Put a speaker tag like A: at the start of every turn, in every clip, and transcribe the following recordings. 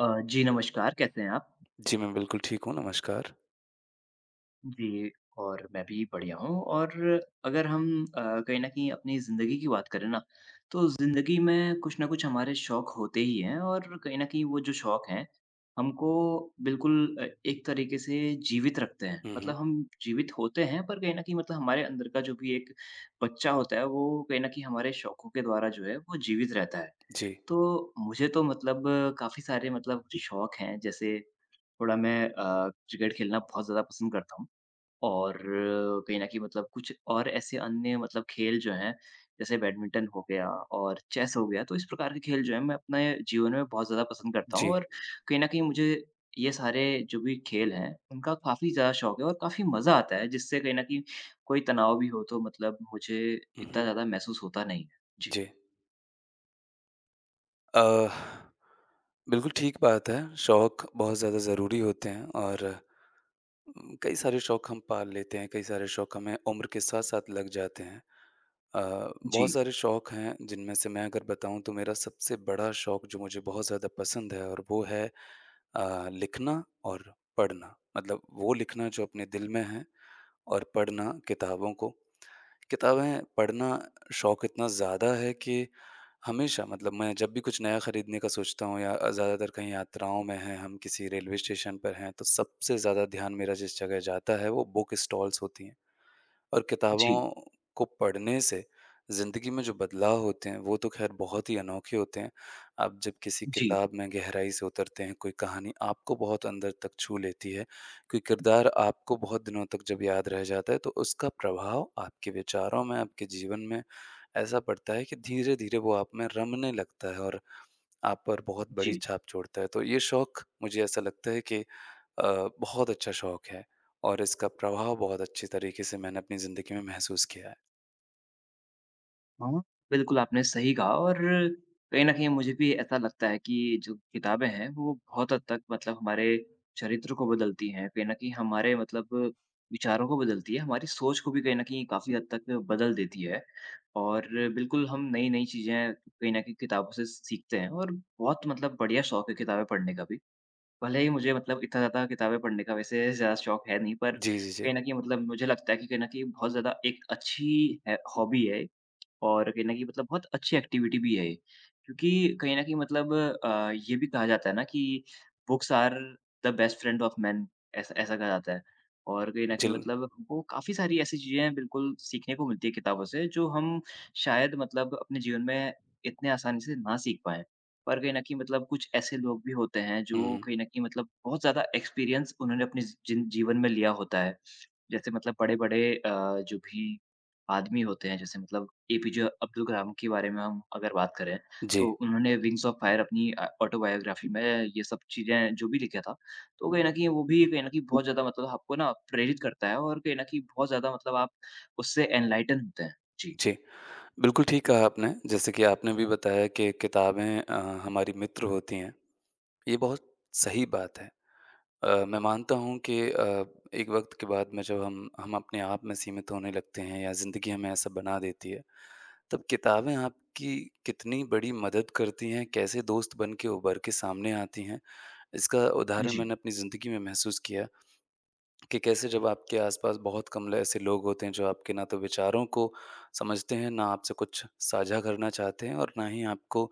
A: जी नमस्कार, कैसे हैं आप?
B: जी, मैं बिल्कुल ठीक हूँ, नमस्कार।
A: जी, और मैं भी बढ़िया हूँ और अगर हम अ, कहीं न कहीं अपनी ज़िंदगी की बात करें ना, तो ज़िंदगी में कुछ न कुछ हमारे शौक होते ही हैं और कहीं न कहीं वो जो शौक हैं, हमको बिल्कुल एक तरीके से जीवित रखते हैं।
B: हुँ,
A: मतलब
B: हुँ।
A: हम जीवित होते हैं पर कहीं न कहीं मतलब हमारे अंदर का जो भी एक बच्चा होता है, वो कहीं न कहीं हमारे शौकों के द्वारा जो है, वो जीवित रहता है।
B: जी,
A: तो मुझे तो मतलब काफ़ी सारे मतलब शौक हैं, जैसे थोड़ा मैं क्रिकेट खेलना बहुत ज़्यादा पसंद करता हूँ और कहीं न कहीं मतलब कुछ और ऐसे अन्य मतलब खेल जो हैं, जैसे बैडमिंटन हो गया और चेस हो गया, तो इस प्रकार के खेल जो हैं, मैं अपने जीवन में बहुत ज़्यादा पसंद करता हूँ
B: जी।
A: और कहीं न कहीं मुझे ये सारे जो भी खेल हैं, उनका काफ़ी ज़्यादा शौक है और काफ़ी मज़ा आता है, जिससे कहीं न कहीं कोई तनाव भी हो, तो मतलब मुझे
B: हुँ,
A: इतना
B: हुँ।
A: ज़्यादा महसूस होता नहीं है। जी।
B: जी। अ, बिल्कुल ठीक बात है, शौक बहुत ज़्यादा ज़रूरी होते हैं और कई सारे शौक हम पाल लेते हैं, कई सारे शौक हमें उम्र के साथ-साथ लग जाते हैं। अ, बहुत
A: जी,
B: सारे शौक हैं जिनमें से मैं अगर बताऊँ तो मेरा सबसे बड़ा शौक जो मुझे बहुत ज़्यादा पसंद है और वो है लिखना और पढ़ना। मतलब वो लिखना जो अपने दिल में है और पढ़ना किताबों को। किताबें पढ़ना शौक इतना ज़्यादा है कि हमेशा मतलब मैं जब भी कुछ नया खरीदने का सोचता हूँ या ज़्यादातर कहीं यात्राओं में हैं हम किसी रेलवे स्टेशन पर हैं तो सबसे ज़्यादा ध्यान मेरा जिस जगह जाता है वो बुक स्टॉल्स होती हैं और किताबों
A: जी,
B: को पढ़ने से ज़िंदगी में जो बदलाव होते हैं वो तो ख़ैर बहुत ही अनोखे होते हैं। आप जब किसी
A: जी।
B: किताब में गहराई से उतरते हैं, कोई कहानी आपको बहुत अंदर तक छू लेती है, कोई किरदार आपको बहुत दिनों तक जब याद रह जाता है तो उसका प्रभाव आपके विचारों में, आपके जीवन में ऐसा पड़ता है कि धीरे-धीरे वो आप में रमने लगता है और आप पर बहुत बड़ी
A: जी।
B: छाप छोड़ता है। तो ये शौक मुझे ऐसा लगता है कि बहुत अच्छा शौक है और इसका प्रभाव बहुत अच्छे तरीके से मैंने अपनी ज़िंदगी में महसूस किया है।
A: हाँ। बिल्कुल, आपने सही कहा और कहीं न कहीं मुझे भी ऐसा लगता है कि जो किताबें हैं, वो बहुत हद तक मतलब हमारे चरित्र को बदलती हैं, कहीं न कहीं हमारे मतलब विचारों को बदलती है, हमारी सोच को भी कहीं न कहीं काफ़ी हद तक बदल देती है। और बिल्कुल हम नई-नई चीज़ें कहीं न कहीं किताबों से सीखते हैं और बहुत मतलब बढ़िया शौक है किताबें पढ़ने का भी। भले ही मुझे मतलब इतना ज़्यादा किताबें पढ़ने का वैसे ज़्यादा शौक है नहीं, पर
B: जी, जी, जी।
A: कहीं न कहीं मतलब मुझे लगता है कि कहीं न कहीं बहुत ज़्यादा एक अच्छी है हॉबी है और कहीं न कहीं मतलब बहुत अच्छी एक्टिविटी भी है ये। क्योंकि कहीं न कहीं मतलब ये भी कहा जाता है ना कि books are the best friend of man ऐसा ऐसा कहा जाता है। और कहीं न कहीं
B: जिल
A: मतलब हमको काफ़ी सारी ऐसी चीज़ें बिल्कुल सीखने को मिलती है किताबों से जो हम शायद मतलब अपने जीवन में इतने आसानी से ना सीख पाएँ। पर कहीं न कहीं मतलब कुछ ऐसे लोग भी होते हैं जो
B: हुँ,
A: कहीं न कहीं मतलब बहुत ज़्यादा एक्सपीरियंस उन्होंने अपने जिन जीवन में लिया होता है। जैसे मतलब बड़े-बड़े जो भी आदमी होते हैं, जैसे मतलब एपीजे अब्दुल कलाम के बारे में हम अगर बात करें,
B: जी,
A: तो उन्होंने विंग्स ऑफ फायर अपनी ऑटोबायोग्राफ़ी में ये सब चीज़ें जो भी लिखा था, तो कहीं न कहीं वो भी कहीं न कहीं बहुत ज़्यादा मतलब आपको ना प्रेरित करता है और कहीं न कहीं बहुत ज़्यादा मतलब आप उससे एनलाइटन होते हैं। जी।
B: जी। बिल्कुल ठीक कहा आपने, जैसे कि आपने भी बताया कि किताबें हमारी मित्र होती हैं, ये बहुत सही बात है। मैं मानता हूँ कि एक वक़्त के बाद में जब हम अपने आप में सीमित होने लगते हैं या ज़िंदगी हमें ऐसा बना देती है तब किताबें आपकी कितनी बड़ी मदद करती हैं, कैसे दोस्त बन के उभर के सामने आती हैं? इसका उदाहरण
A: जी,
B: मैंने अपनी ज़िंदगी में महसूस किया है। कि कैसे जब आपके आसपास बहुत कम ऐसे लोग होते हैं जो आपके ना तो विचारों को समझते हैं ना आपसे कुछ साझा करना चाहते हैं और ना ही आपको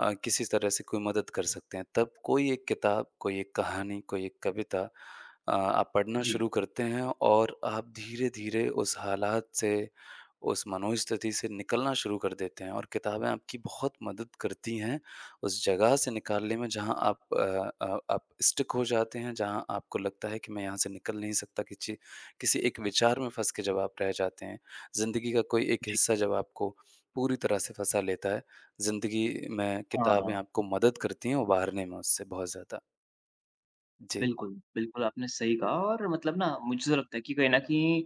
B: किसी तरह से कोई मदद कर सकते हैं तब कोई एक किताब कोई एक कहानी कोई एक कविता आप पढ़ना
A: जी,
B: शुरू करते हैं और आप धीरे धीरे उस हालात से उस मनोस्थिति से निकलना शुरू कर देते हैं और किताबें आपकी बहुत मदद करती हैं उस जगह से निकालने में जहाँ आप आप स्टिक हो जाते हैं, जहाँ आपको लगता है कि मैं यहाँ से निकल नहीं सकता किसी किसी एक विचार में फँस के जब आप रह जाते हैं, ज़िंदगी का कोई एक
A: जी।
B: हिस्सा जब आपको पूरी तरह से फँसा लेता है, ज़िंदगी में किताबें
A: हाँ।
B: आपको मदद करती हैं उबारने में उससे बहुत ज़्यादा। जी,
A: बिल्कुल, बिल्कुल आपने सही कहा और मतलब ना मुझे तो लगता है कि कहीं न कहीं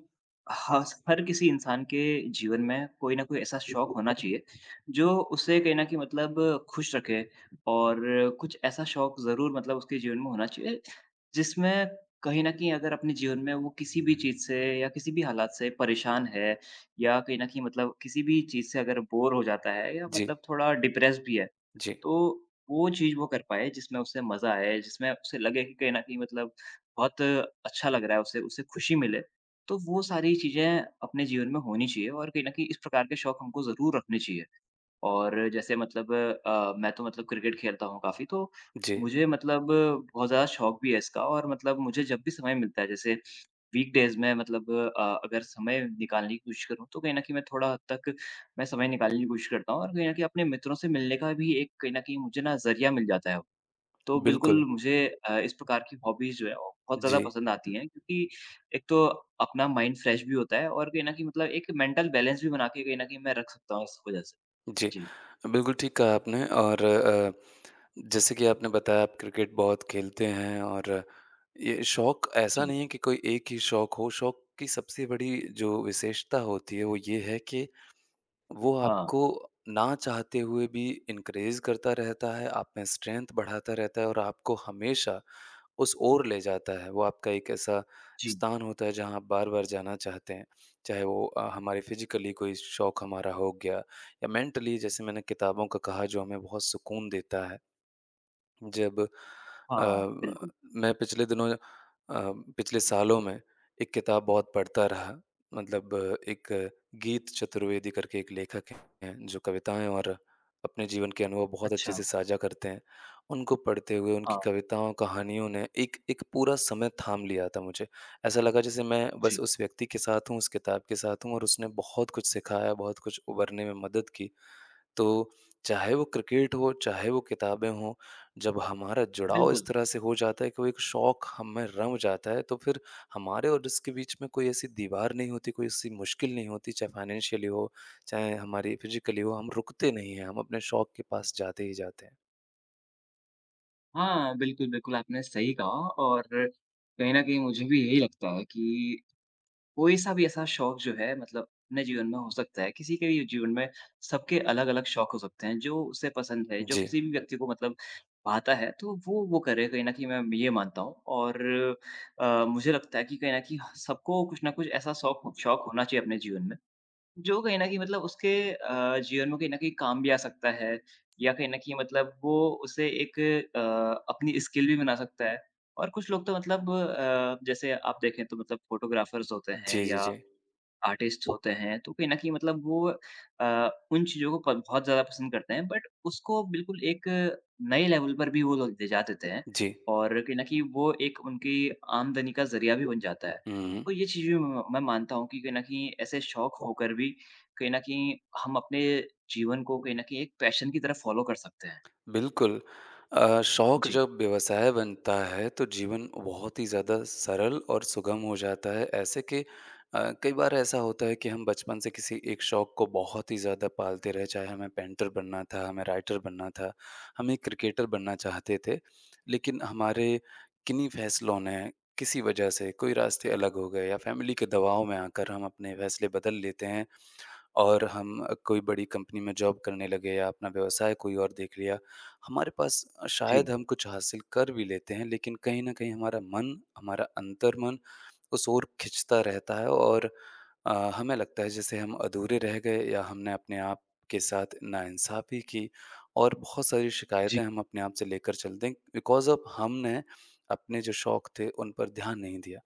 A: हस हर किसी इंसान के जीवन में कोई न कोई ऐसा शौक होना चाहिए, जो उसे कहीं न कहीं मतलब खुश रखे और कुछ ऐसा शौक ज़रूर मतलब उसके जीवन में होना चाहिए, जिसमें कहीं न कहीं अगर अपने जीवन में वो किसी भी चीज़ से या किसी भी हालात से परेशान है या कहीं न कहीं मतलब किसी भी चीज़ से अगर बोर हो जाता है या
B: जी,
A: मतलब थोड़ा डिप्रेस्ड भी है,
B: जी,
A: तो वो चीज़ वो कर पाए जिसमें उसे मज़ा आए, जिसमें उसे लगे कि कहीं न कहीं मतलब बहुत अच्छा लग रहा है उसे, उसे खुशी मिले। तो वो सारी चीज़ें अपने जीवन में होनी चाहिए और कहीं न कहीं इस प्रकार के शौक हमको ज़रूर रखने चाहिए। और जैसे मतलब मैं तो मतलब क्रिकेट खेलता हूँ काफ़ी तो
B: जी,
A: मुझे मतलब बहुत ज़्यादा शौक भी है इसका और मतलब मुझे जब भी समय मिलता है जैसे वीकडेज़ में मतलब अगर समय निकालने की कोशिश करूँ, तो कहीं न कहीं मैं थोड़ा हद तक मैं समय निकालने की कोशिश करता हूँ और कहीं न कहीं अपने मित्रों से मिलने का भी एक कहीं न कहीं मुझे ना ज़रिया मिल जाता है। तो
B: बिल्कुल।
A: बिल्कुल मुझे इस प्रकार की हॉबीज़ जो है वो बहुत ज़्यादा
B: जी,
A: पसंद आती हैं क्योंकि एक तो अपना माइंड फ्रेश भी होता है और कहीं न कहीं मतलब एक मेंटल बैलेंस भी बना के कहीं न कहीं मैं रख सकता हूँ इस वजह से।
B: जी।
A: जी,
B: बिल्कुल ठीक कहा आपने और जैसे कि आपने बताया आप क्रिकेट बहुत खेलते हैं और ये शौक ऐसा
A: जी।
B: नहीं है कि कोई एक ही शौक हो, शौक की सबसे बड़ी जो विशेषता होती है वो ये है कि वो
A: हाँ,
B: आपको ना चाहते हुए भी इनकरेज करता रहता है, आप में स्ट्रेंथ बढ़ाता रहता है और आपको हमेशा उस ओर ले जाता है। वो आपका एक ऐसा
A: जी।
B: स्थान होता है जहाँ आप बार-बार जाना चाहते हैं। चाहे वो हमारे फिज़िकली कोई शौक हमारा हो गया या मेंटली जैसे मैंने किताबों का कहा जो हमें बहुत सुकून देता है। जब अ,
A: हाँ, बिल्कुल।
B: मैं पिछले दिनों पिछले सालों में एक किताब बहुत पढ़ता रहा मतलब एक गीत चतुर्वेदी करके एक लेखक हैं जो कविताएं और अपने जीवन के अनुभव बहुत अच्छे
A: अच्छा।
B: से साझा करते हैं उनको पढ़ते हुए उनकी
A: हाँ,
B: कविताओं कहानियों ने एक एक पूरा समय थाम लिया था मुझे ऐसा लगा जैसे मैं बस
A: जी,
B: उस व्यक्ति के साथ हूँ उस किताब के साथ हूँ और उसने बहुत कुछ सिखाया बहुत कुछ उबरने में मदद की। तो चाहे वो क्रिकेट हो, चाहे वो किताबें हों, जब हमारा जुड़ाव इस
A: बिल्कुल।
B: तरह से हो जाता है कि वो एक शौक हमें रम जाता है, तो फिर हमारे और इसके बीच में कोई ऐसी दीवार नहीं होती, कोई ऐसी मुश्किल नहीं होती, चाहे फाइनेंशियली हो, चाहे हमारी फिज़िकली हो, हम रुकते नहीं हैं, हम अपने शौक के पास जाते ही जाते हैं।
A: हाँ, बिल्कुल, बिल्कुल, आपने सही कहा और कहीं न कहीं मुझे भी यही लगता है कि कोई-सा भी ऐसा शौक जो है मतलब अपने जीवन में हो सकता है, किसी के भी जीवन में सबके अलग-अलग शौक हो सकते हैं, जो उसे पसंद है, जो
B: जी।
A: किसी भी व्यक्ति को मतलब भाता है, तो वो करे, कहीं न कहीं मैं ये मानता हूँ और मुझे लगता है कि कहीं न कहीं सबको कुछ ना कुछ ऐसा शौक शौक होना चाहिए अपने जीवन में जो कहीं न कहीं मतलब उसके जीवन में कहीं न कहीं काम भी आ सकता है या कहीं न कहीं मतलब वो उसे एक अ, अपनी स्किल भी बना सकता है। और कुछ लोग तो मतलब जैसे आप देखें तो मतलब फ़ोटोग्राफ़र्स होते हैं
B: जी, जी,
A: या
B: जी।
A: आर्टिस्ट होते हैं, तो कहीं न कहीं मतलब वो उन चीज़ों को क बहुत ज़्यादा पसंद करते हैं, बट उसको बिल्कुल एक नए लेवल पर भी वो लोग ले जा देते हैं
B: जी।
A: और कहीं न कहीं वो एक उनकी आमदनी का ज़रिया भी बन जाता है।
B: हुँ, हुँ।
A: तो ये चीज़ें म मैं मानता हूँ कि कहीं न कहीं ऐसे शौक होकर भी कहीं न कहीं हम अपने जीवन को कहीं न कहीं एक पैशन की तरह फ़ॉलो कर सकते हैं।
B: बिल्कुल। शौक
A: जी।
B: जब व्यवसाय बनता है तो जीवन बहुत ही ज़्यादा सरल और सुगम हो जाता है। ऐसे कि कई बार ऐसा होता है कि हम बचपन से किसी एक शौक को बहुत ही ज़्यादा पालते रहे, चाहे हमें पेंटर बनना था, हमें राइटर बनना था, हम एक क्रिकेटर बनना चाहते थे। लेकिन हमारे किन्हीं फैसलों ने किसी वजह से कोई रास्ते अलग हो गए या फ़ैमिली के दबाव में आकर हम अपने फैसले बदल लेते हैं। और हम कोई बड़ी कंपनी में जॉब करने लगे या अपना व्यवसाय कोई और देख लिया। हमारे पास
A: जी,
B: शायद हम कुछ हासिल कर भी लेते हैं लेकिन कहीं न कहीं हमारा मन, हमारा अंतर्मन उस ओर खींचता रहता है और हमें लगता है जैसे हम अधूरे रह गए या हमने अपने आप के साथ नाइंसाफ़ी की और बहुत सारी
A: जी,
B: शिकायतें हम अपने आप से लेकर चलते हैं बिकॉज़ ऑफ़ हमने अपने जो शौक थे उन पर ध्यान नहीं दिया,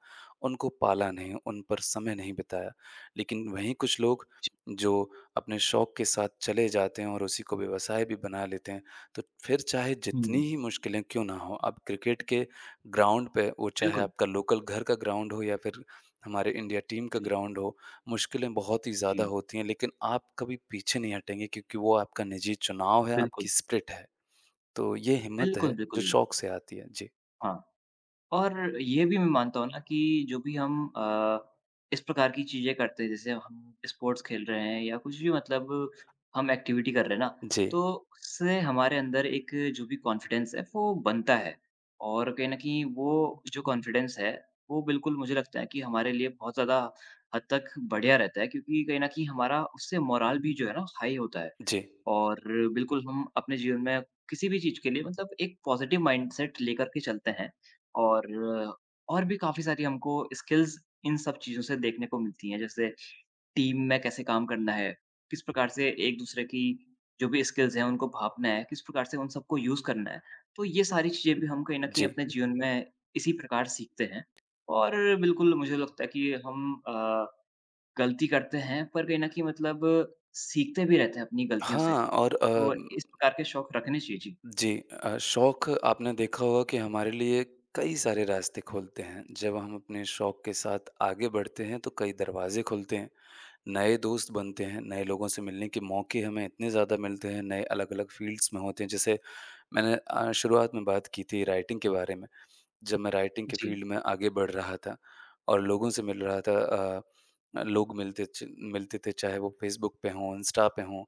B: उनको पाला नहीं, उन पर समय नहीं बिताया। लेकिन वहीं कुछ लोग
A: जी।
B: जो अपने शौक के साथ चले जाते हैं और उसी को व्यवसाय भी बना लेते हैं। तो फिर चाहे जितनी
A: हुँ।
B: ही मुश्किलें क्यों ना हों, आप क्रिकेट के ग्राउंड पे वो चाहे
A: बिल्कुल।
B: आपका लोकल घर का ग्राउंड हो या फिर हमारे इंडिया टीम का
A: जी,
B: ग्राउंड हो, मुश्किलें बहुत ही ज़्यादा
A: जी।
B: होती हैं लेकिन आप कभी पीछे नहीं हटेंगे क्योंकि वो आपका निजी चुनाव है,
A: बिल्कुल,
B: आपकी स्प्रिट है। तो ये हिम्मत
A: बिल्कुल,
B: है जो
A: बिल्कुल।
B: शौक से आती है। जी।
A: हाँ। और ये भी मैं मानता हूँ ना कि जो भी हम इस प्रकार की चीज़ें करते हैं, जैसे हम स्पोर्ट्स खेल रहे हैं या कुछ भी मतलब हम एक्टिविटी कर रहे हैं ना,
B: जी।
A: तो उससे हमारे अंदर एक जो भी कॉन्फिडेंस है, वो बनता है। और कहीं न कहीं वो जो कॉन्फिडेंस है, वो बिल्कुल मुझे लगता है कि हमारे लिए बहुत ज़्यादा हद तक बढ़िया रहता है क्योंकि कहीं न कहीं हमारा उससे मोरल भी जो है ना हाई होता है।
B: जी।
A: और बिल्कुल हम अपने जीवन में किसी भी चीज़ के लिए मतलब एक पॉज़िटिव माइंडसेट लेकर के चलते हैं। और और भी काफ़ी सारी हमको स्किल्स इन सब चीज़ों से देखने को मिलती हैं, जैसे टीम में कैसे काम करना है, किस प्रकार से एक-दूसरे की जो भी स्किल्स हैं, उनको भाँपना है, किस प्रकार से उन सबको यूज़ करना है। तो ये सारी चीज़ें भी हम कहीं न कहीं
B: जी।
A: अपने जीवन में इसी प्रकार सीखते हैं और बिल्कुल मुझे लगता है कि हम गलती करते हैं, पर कहीं न कहीं मतलब सीखते भी रहते हैं अपनी गलतियों से।
B: हाँ और
A: तो इस प्रकार के शौक रखने चाहिए। जी,
B: जी शौक आपने देखा होगा कि हमारे लिए कई सारे रास्ते खोलते हैं जब हम अपने शौक के साथ आगे बढ़ते हैं तो कई दरवाजे खुलते हैं नए दोस्त बनते हैं नए लोगों से मिलने के मौके हमें इतने ज़्यादा मिलते हैं नए अलग अलग फील्ड्स में होते हैं जैसे मैंने शुरुआत में बात की थी राइटिंग के बारे में जब मैं राइटिंग के
A: जी,
B: फील्ड में आगे बढ़ रहा था और लोगों से मिल रहा था लोग मिलते थे चाहे वो फेसबुक पे हों इंस्टा पे हों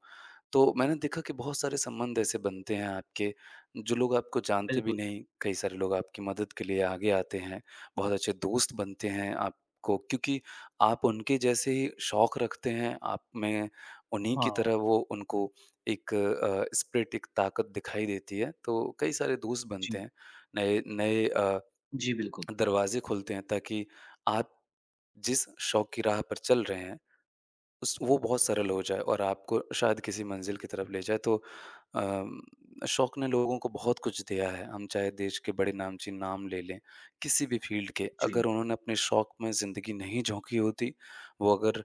B: तो मैंने देखा कि बहुत सारे संबंध ऐसे बनते हैं आपके, जो लोग आपको जानते भी
A: बिल्कुल।
B: नहीं, कई सारे लोग आपकी मदद के लिए आगे आते हैं, बहुत अच्छे दोस्त बनते हैं आपको क्योंकि आप उनके जैसे ही शौक रखते हैं, आप में उन्हीं की
A: हाँ,
B: तरह वो उनको एक स्पिरिट, एक ताकत दिखाई देती है, तो कई सारे दोस्त बनते
A: जी।
B: हैं, नए नए
A: जी, बिल्कुल।
B: दरवाज़े खुलते हैं ताकि आप जिस शौक की राह पर चल रहे हैं उस वो बहुत सरल हो जाए और आपको शायद किसी मंज़िल की तरफ ले जाए। तो अम, शौक ने लोगों को बहुत कुछ दिया है। हम चाहे देश के बड़े नामचीन नाम ले लें, किसी भी फ़ील्ड के,
A: जी।
B: अगर उन्होंने अपने शौक में ज़िंदगी नहीं झोंकी होती, वो अगर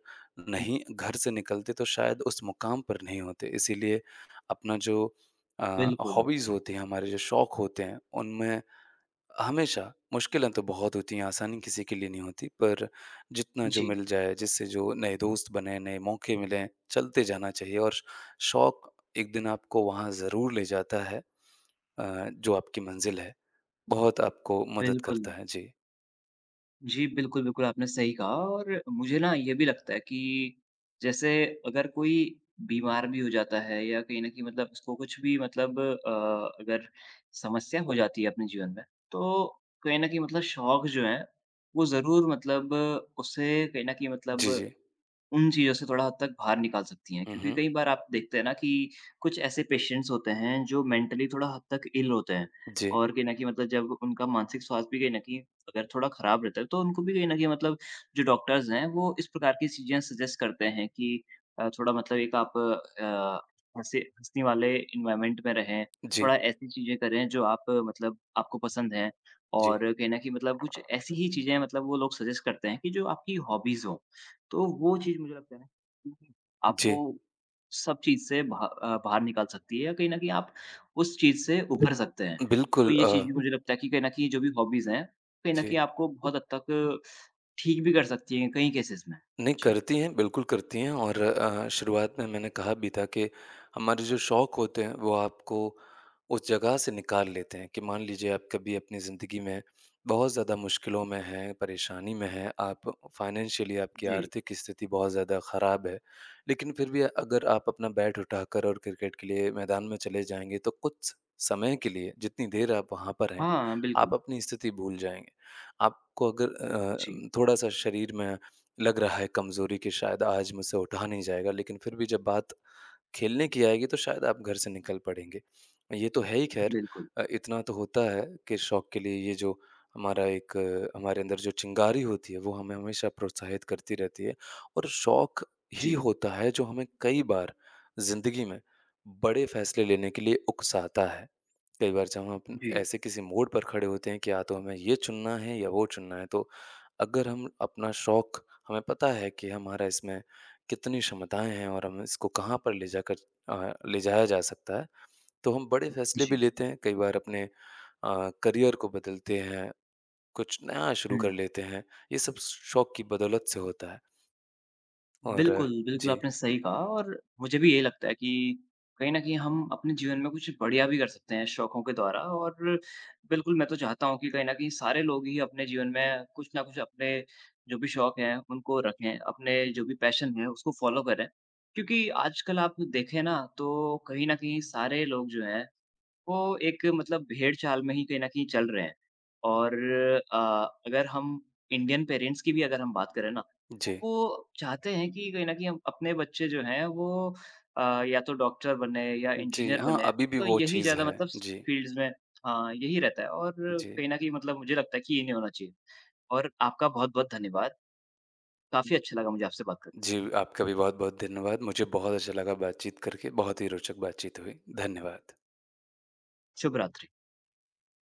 B: नहीं घर से निकलते तो शायद उस मुकाम पर नहीं होते। इसीलिए अपना जो अ,
A: बिल्कुल।
B: हॉबीज़ होती हैं, हमारे जो शौक होते हैं, उनमें हमेशा, मुश्किलें तो बहुत होती हैं, आसानी किसी के लिए नहीं होती, पर जितना जो
A: जी,
B: मिल जाए, जिससे जो नए दोस्त बने, नए मौके मिलें, चलते जाना चाहिए और शौक एक दिन आपको वहाँ ज़रूर ले जाता है जो आपकी मंज़िल है, बहुत आपको मदद
A: बिल्कुल।
B: करता है। जी।
A: जी, बिल्कुल, बिल्कुल, आपने सही कहा और मुझे ना ये भी लगता है कि जैसे अगर कोई बीमार भी हो जाता है या कहीं न कहीं मतलब उसको कुछ भी मतलब अगर समस्या हो जाती है अपने जीवन में, तो कहीं न कहीं मतलब शौक जो हैं, वो ज़रूर मतलब उसे कहीं न कहीं
B: जी,
A: मतलब
B: जी।
A: उन चीज़ों से थोड़ा हद तक बाहर निकाल सकती हैं।
B: हुँ,
A: क्योंकि
B: हुँ।
A: कई बार आप देखते हैं ना कि कुछ ऐसे पेशेंट्स होते हैं जो मेंटली थोड़ा हद तक इल होते हैं
B: जी,
A: और कहीं न कहीं मतलब जब उनका मानसिक स्वास्थ्य भी कहीं न कहीं अगर थोड़ा खराब रहता है तो उनको भी कहीं न कहीं मतलब जो डॉक्टर्स हैं वो इस प्रकार की चीज़ें सजेस्ट करते हैं कि थोड़ा मतलब एक आप हँसे हँसने वाले एनवायरनमेंट में रहें,
B: जी,
A: थोड़ा ऐसी चीज़ें करें जो आप मतलब आपको पसंद हैं
B: जी,
A: और कहीं न कहीं मतलब कुछ ऐसी ही चीज़ें मतलब वो लोग सजेस्ट करते हैं कि जो आपकी हॉबीज़ हों। तो वो चीज़ मुझे लगता है ना कि आपको
B: जी।
A: सब चीज़ से बाह बाहर निकाल सकती है या कहीं न कहीं आप उस चीज़ से उभर सकते हैं। तो
B: बिल्कुल
A: ये चीज़ भी मुझे लगता है कि कहीं न कहीं जो भी हॉबीज़ हैं, कहीं न
B: जी।
A: कहीं आपको बहुत हद तक ठीक भी कर सकती हैं कई केसेज़ में।
B: नहीं,
A: जी,
B: करती हैं, बिल्कुल करती हैं और शुरुआत में मैंने कहा भी था कि हमारे जो शौक होते हैं, वो आपको उस जगह से निकाल लेते हैं कि मान लीजिए आप कभी अपनी ज़िंदगी में बहुत ज़्यादा मुश्किलों में हैं, परेशानी में हैं, आप फाइनेंशियली आपकी
A: जी।
B: आर्थिक स्थिति बहुत ज़्यादा ख़राब है, लेकिन फिर भी अगर आप अपना बैट उठाकर और क्रिकेट के लिए मैदान में चले जाएँगे, तो कुछ समय के लिए, जितनी देर आप वहाँ पर हैं,
A: हाँ,
B: आप
A: बिल्कुल।
B: अपनी स्थिति भूल जाएँगे। आपको अगर
A: जी,
B: थोड़ा-सा शरीर में लग रहा है कमज़ोरी कि शायद आज मुझसे उठा नहीं जाएगा, लेकिन फिर भी जब बात खेलने की आएगी तो शायद आप घर से निकल पड़ेंगे। ये तो है ही ख़ैर
A: बिल्कुल।
B: इतना तो होता है कि शौक के लिए ये जो हमारा एक हमारे अंदर जो चिंगारी होती है वो हमें हमेशा प्रोत्साहित करती रहती है और शौक ही
A: जी,
B: होता है जो हमें कई बार ज़िंदगी में बड़े फ़ैसले लेने के लिए उकसाता है। कई बार जब हम अपन
A: जी,
B: ऐसे किसी मोड़ पर खड़े होते हैं कि या तो हमें ये चुनना है या वो चुनना है तो अगर हम अपना शौक हमें पता है कि हमारा इसमें कितनी क्षमताएँ हैं और हम इसको कहाँ पर ले जाकर ले जाया जा सकता है। तो हम बड़े फैसले भी
A: जी।
B: लेते हैं, कई बार अपने करियर को बदलते हैं, कुछ नया शुरू
A: हुँ।
B: कर लेते हैं। ये सब शौक की बदौलत से होता है और
A: बिल्कुल, बिल्कुल
B: जी,
A: आपने सही कहा और मुझे भी यही लगता है कि कहीं न कहीं हम अपने जीवन में कुछ बढ़िया भी कर सकते हैं शौकों के द्वारा और बिल्कुल मैं तो चाहता हूँ कि कहीं न कहीं सारे लोग ही अपने जीवन में कुछ न कुछ अपने जो भी शौक हैं, उनको रखें, अपने जो भी पैशन है उसको फ़ॉलो करें। क्योंकि आजकल आप देखें ना तो कहीं न कहीं सारे लोग जो हैं वो एक मतलब भेड़-चाल में ही कहीं न कहीं चल रहे हैं और अ, अगर हम इंडियन पेरेंट्स की भी अगर हम बात करें ना, तो
B: जी।
A: वो चाहते हैं कि कहीं न कहीं हम अपने बच्चे जो हैं वो अ, या तो डॉक्टर बने या
B: जी,
A: इंजीनियर
B: हाँ,
A: बने,
B: अभी भी
A: तो
B: वो
A: यही
B: चीज़
A: ज़्यादा
B: है।
A: मतलब
B: जी,
A: फ़ील्ड्स में हाँ, यही रहता है और
B: जी।
A: कहीं न कहीं मतलब मुझे लगता है कि ये नहीं होना चाहिए और आपका बहुत-बहुत धन्यवाद। काफ़ी अच्छा लगा मुझे आपसे बात करके।
B: जी, आपका भी बहुत-बहुत धन्यवाद। मुझे बहुत अच्छा लगा बातचीत करके, बहुत ही रोचक बातचीत हुई। धन्यवाद।
A: शुभ रात्रि।